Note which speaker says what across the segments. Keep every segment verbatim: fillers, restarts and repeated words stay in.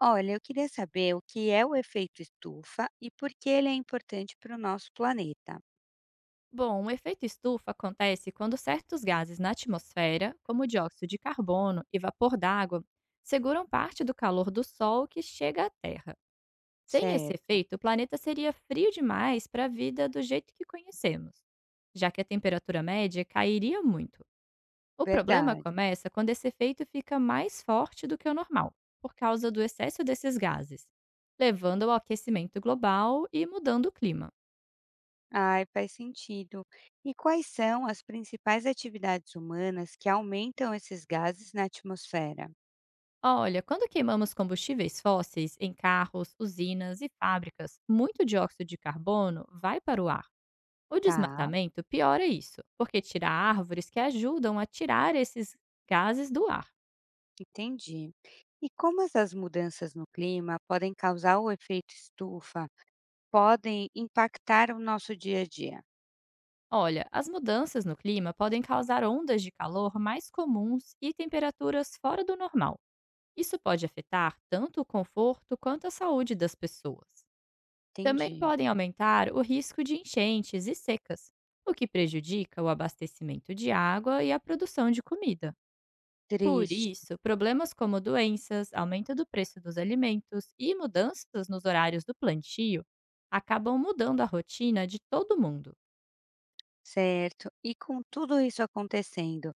Speaker 1: Olha, eu queria saber o que é o efeito estufa e por que ele é importante para o nosso planeta.
Speaker 2: Bom, o efeito estufa acontece quando certos gases na atmosfera, como o dióxido de carbono e vapor d'água, seguram parte do calor do Sol que chega à Terra. Sem esse
Speaker 1: Certo.
Speaker 2: efeito, o planeta seria frio demais para a vida do jeito que conhecemos, já que a temperatura média cairia muito. O problema
Speaker 1: Verdade.
Speaker 2: começa quando esse efeito fica mais forte do que o normal, por causa do excesso desses gases, levando ao aquecimento global e mudando o clima.
Speaker 1: Ai, faz sentido. E quais são as principais atividades humanas que aumentam esses gases na atmosfera?
Speaker 2: Olha, quando queimamos combustíveis fósseis em carros, usinas e fábricas, muito dióxido de carbono vai para o ar. O
Speaker 1: Tá,
Speaker 2: desmatamento piora isso, porque tira árvores que ajudam a tirar esses gases do ar.
Speaker 1: entendi. E como essas mudanças no clima podem causar o efeito estufa, podem impactar o nosso dia a dia?
Speaker 2: Olha, as mudanças no clima podem causar ondas de calor mais comuns e temperaturas fora do normal. Isso pode afetar tanto o conforto quanto a saúde das pessoas. Também
Speaker 1: Entendi.
Speaker 2: podem aumentar o risco de enchentes e secas, o que prejudica o abastecimento de água e a produção de comida. Por
Speaker 1: Triste,
Speaker 2: isso, problemas como doenças, aumento do preço dos alimentos e mudanças nos horários do plantio acabam mudando a rotina de todo mundo.
Speaker 1: certo? E com tudo isso acontecendo,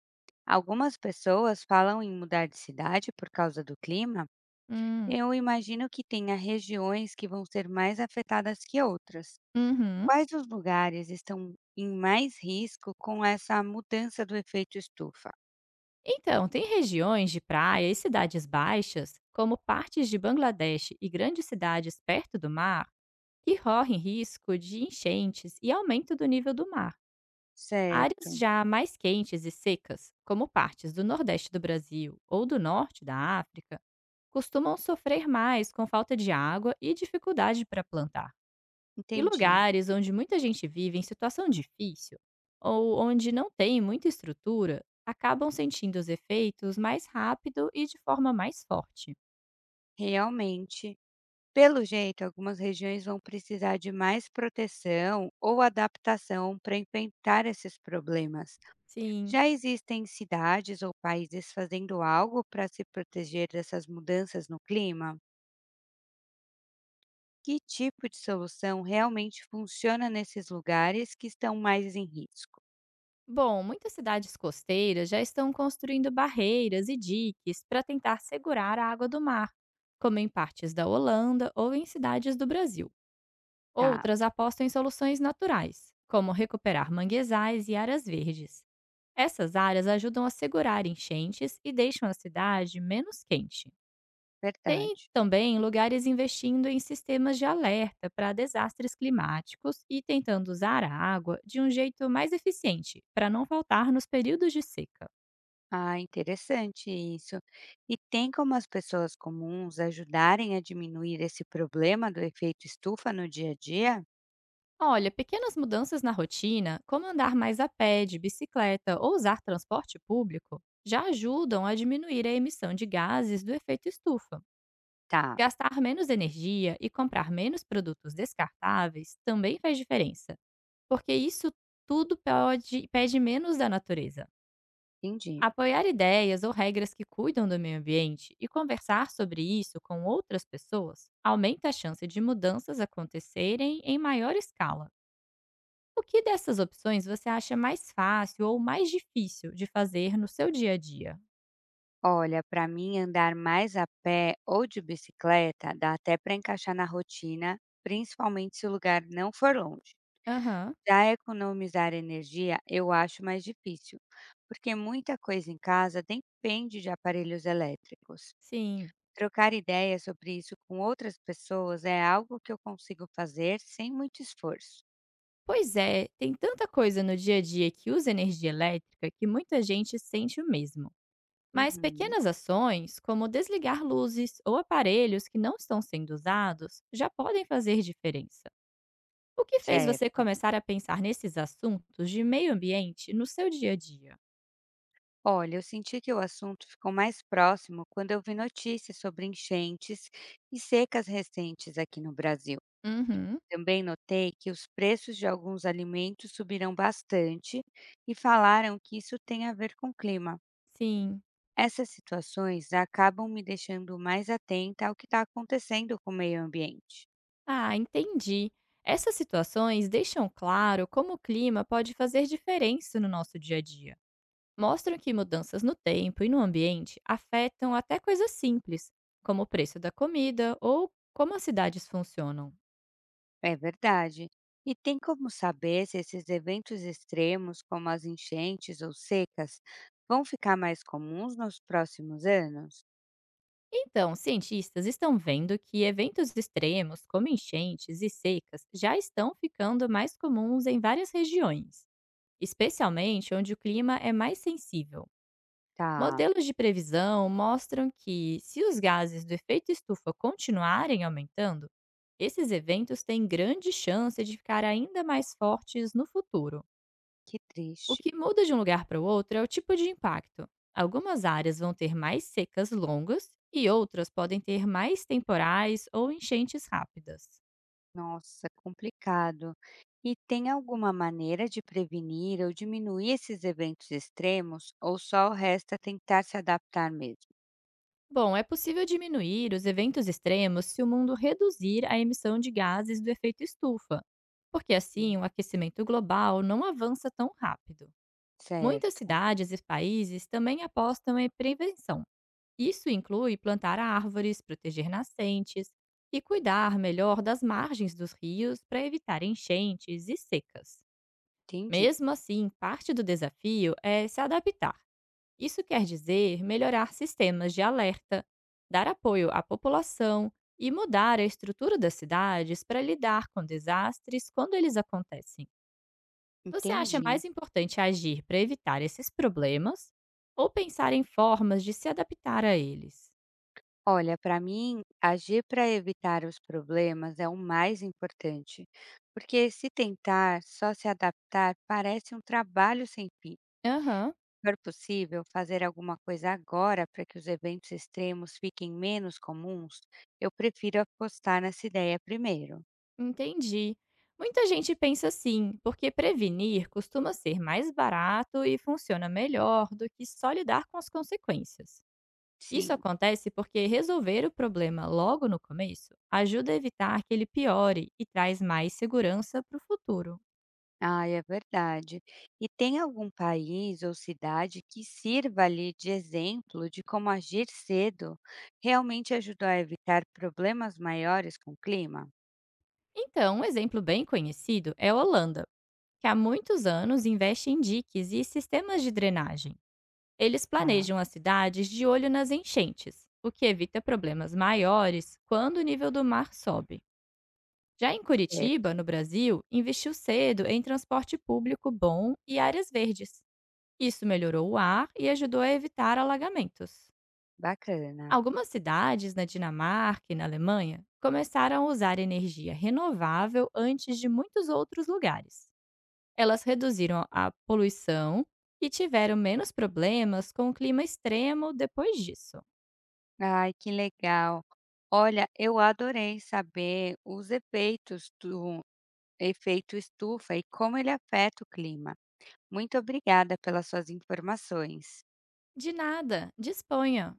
Speaker 1: algumas pessoas falam em mudar de cidade por causa do clima.
Speaker 2: Hum,
Speaker 1: Eu imagino que tenha regiões que vão ser mais afetadas que outras.
Speaker 2: uhum.
Speaker 1: Quais os lugares estão em mais risco com essa mudança do efeito estufa?
Speaker 2: Então, tem regiões de praia e cidades baixas, como partes de Bangladesh e grandes cidades perto do mar, que correm risco de enchentes e aumento do nível do mar.
Speaker 1: Certo,
Speaker 2: Áreas já mais quentes e secas, como partes do Nordeste do Brasil ou do Norte da África, costumam sofrer mais com falta de água e dificuldade para plantar. E
Speaker 1: entendi.
Speaker 2: lugares onde muita gente vive em situação difícil ou onde não tem muita estrutura acabam sentindo os efeitos mais rápido e de forma mais forte.
Speaker 1: Realmente, pelo jeito, algumas regiões vão precisar de mais proteção ou adaptação para enfrentar esses problemas.
Speaker 2: Sim.
Speaker 1: Já existem cidades ou países fazendo algo para se proteger dessas mudanças no clima? Que tipo de solução realmente funciona nesses lugares que estão mais em risco?
Speaker 2: Bom, muitas cidades costeiras já estão construindo barreiras e diques para tentar segurar a água do mar, como em partes da Holanda ou em cidades do Brasil.
Speaker 1: Tá,
Speaker 2: Outras apostam em soluções naturais, como recuperar manguezais e áreas verdes. Essas áreas ajudam a segurar enchentes e deixam a cidade menos quente. Tem
Speaker 1: verdade.
Speaker 2: também lugares investindo em sistemas de alerta para desastres climáticos e tentando usar a água de um jeito mais eficiente, para não faltar nos períodos de seca.
Speaker 1: Ah, interessante isso. E tem como as pessoas comuns ajudarem a diminuir esse problema do efeito estufa no dia a dia?
Speaker 2: Olha, pequenas mudanças na rotina, como andar mais a pé, de bicicleta ou usar transporte público, já ajudam a diminuir a emissão de gases do efeito estufa.
Speaker 1: Tá,
Speaker 2: Gastar menos energia e comprar menos produtos descartáveis também faz diferença, porque isso tudo pode, pede menos da natureza.
Speaker 1: entendi.
Speaker 2: Apoiar ideias ou regras que cuidam do meio ambiente e conversar sobre isso com outras pessoas aumenta a chance de mudanças acontecerem em maior escala. O que dessas opções você acha mais fácil ou mais difícil de fazer no seu dia a dia?
Speaker 1: Olha, para mim andar mais a pé ou de bicicleta dá até para encaixar na rotina, principalmente se o lugar não for longe.
Speaker 2: Aham,
Speaker 1: Já economizar energia eu acho mais difícil, porque muita coisa em casa depende de aparelhos elétricos.
Speaker 2: sim.
Speaker 1: Trocar ideias sobre isso com outras pessoas é algo que eu consigo fazer sem muito esforço.
Speaker 2: Pois é, tem tanta coisa no dia a dia que usa energia elétrica que muita gente sente o mesmo. Mas
Speaker 1: Uhum,
Speaker 2: pequenas ações, como desligar luzes ou aparelhos que não estão sendo usados, já podem fazer diferença. O que fez você
Speaker 1: certo.
Speaker 2: começar a pensar nesses assuntos de meio ambiente no seu dia a dia?
Speaker 1: Olha, eu senti que o assunto ficou mais próximo quando eu vi notícias sobre enchentes e secas recentes aqui no Brasil.
Speaker 2: Uhum.
Speaker 1: Também notei que os preços de alguns alimentos subiram bastante e falaram que isso tem a ver com o clima.
Speaker 2: Sim.
Speaker 1: Essas situações acabam me deixando mais atenta ao que está acontecendo com o meio ambiente.
Speaker 2: Ah, entendi. Essas situações deixam claro como o clima pode fazer diferença no nosso dia a dia. Mostram que mudanças no tempo e no ambiente afetam até coisas simples, como o preço da comida ou como as cidades funcionam.
Speaker 1: É verdade. E tem como saber se esses eventos extremos, como as enchentes ou secas, vão ficar mais comuns nos próximos anos?
Speaker 2: Então, cientistas estão vendo que eventos extremos, como enchentes e secas, já estão ficando mais comuns em várias regiões, especialmente onde o clima é mais sensível.
Speaker 1: Tá,
Speaker 2: Modelos de previsão mostram que, se os gases do efeito estufa continuarem aumentando, esses eventos têm grande chance de ficar ainda mais fortes no futuro.
Speaker 1: que
Speaker 2: O
Speaker 1: triste.
Speaker 2: que muda de um lugar para o outro é o tipo de impacto. Algumas áreas vão ter mais secas longas e outras podem ter mais temporais ou enchentes rápidas.
Speaker 1: Nossa, complicado. E tem alguma maneira de prevenir ou diminuir esses eventos extremos, ou só resta tentar se adaptar mesmo?
Speaker 2: Bom, é possível diminuir os eventos extremos se o mundo reduzir a emissão de gases do efeito estufa, porque
Speaker 1: Uhum,
Speaker 2: assim o aquecimento global não avança tão rápido. Muitas
Speaker 1: certo,
Speaker 2: cidades e países também apostam em prevenção. Isso inclui plantar árvores, proteger nascentes e cuidar melhor das margens dos rios para evitar enchentes e secas.
Speaker 1: entendi,
Speaker 2: Mesmo assim, parte do desafio é se adaptar, isso quer dizer melhorar sistemas de alerta, dar apoio à população e mudar a estrutura das cidades para lidar com desastres quando eles acontecem. Você acha
Speaker 1: entendi.
Speaker 2: mais importante agir para evitar esses problemas ou pensar em formas de se adaptar a eles?
Speaker 1: Olha, para mim, agir para evitar os problemas é o mais importante, porque se tentar só se adaptar parece um trabalho sem fim.
Speaker 2: Aham,
Speaker 1: For possível, fazer alguma coisa agora para que os eventos extremos fiquem menos comuns, eu prefiro apostar nessa ideia primeiro.
Speaker 2: entendi. Muita gente pensa assim, porque prevenir costuma ser mais barato e funciona melhor do que só lidar com as consequências. Isso
Speaker 1: Sim.
Speaker 2: acontece porque resolver o problema logo no começo ajuda a evitar que ele piore e traz mais segurança para o futuro.
Speaker 1: Ah, é verdade. E tem algum país ou cidade que sirva ali de exemplo de como agir cedo realmente ajudou a evitar problemas maiores com o clima?
Speaker 2: Então, um exemplo bem conhecido é a Holanda, que há muitos anos investe em diques e sistemas de drenagem. Eles
Speaker 1: Tá,
Speaker 2: planejam as cidades de olho nas enchentes, o que evita problemas maiores quando o nível do mar sobe. Já em
Speaker 1: certo,
Speaker 2: Curitiba, no Brasil, investiu cedo em transporte público bom e áreas verdes. Isso melhorou o ar e ajudou a evitar alagamentos.
Speaker 1: bacana.
Speaker 2: Algumas cidades na Dinamarca e na Alemanha começaram a usar energia renovável antes de muitos outros lugares. Elas reduziram a poluição e tiveram menos problemas com o clima extremo depois disso.
Speaker 1: Ai, que legal. Olha, eu adorei saber os efeitos do efeito estufa e como ele afeta o clima. Muito obrigada pelas suas informações.
Speaker 2: De nada, disponha!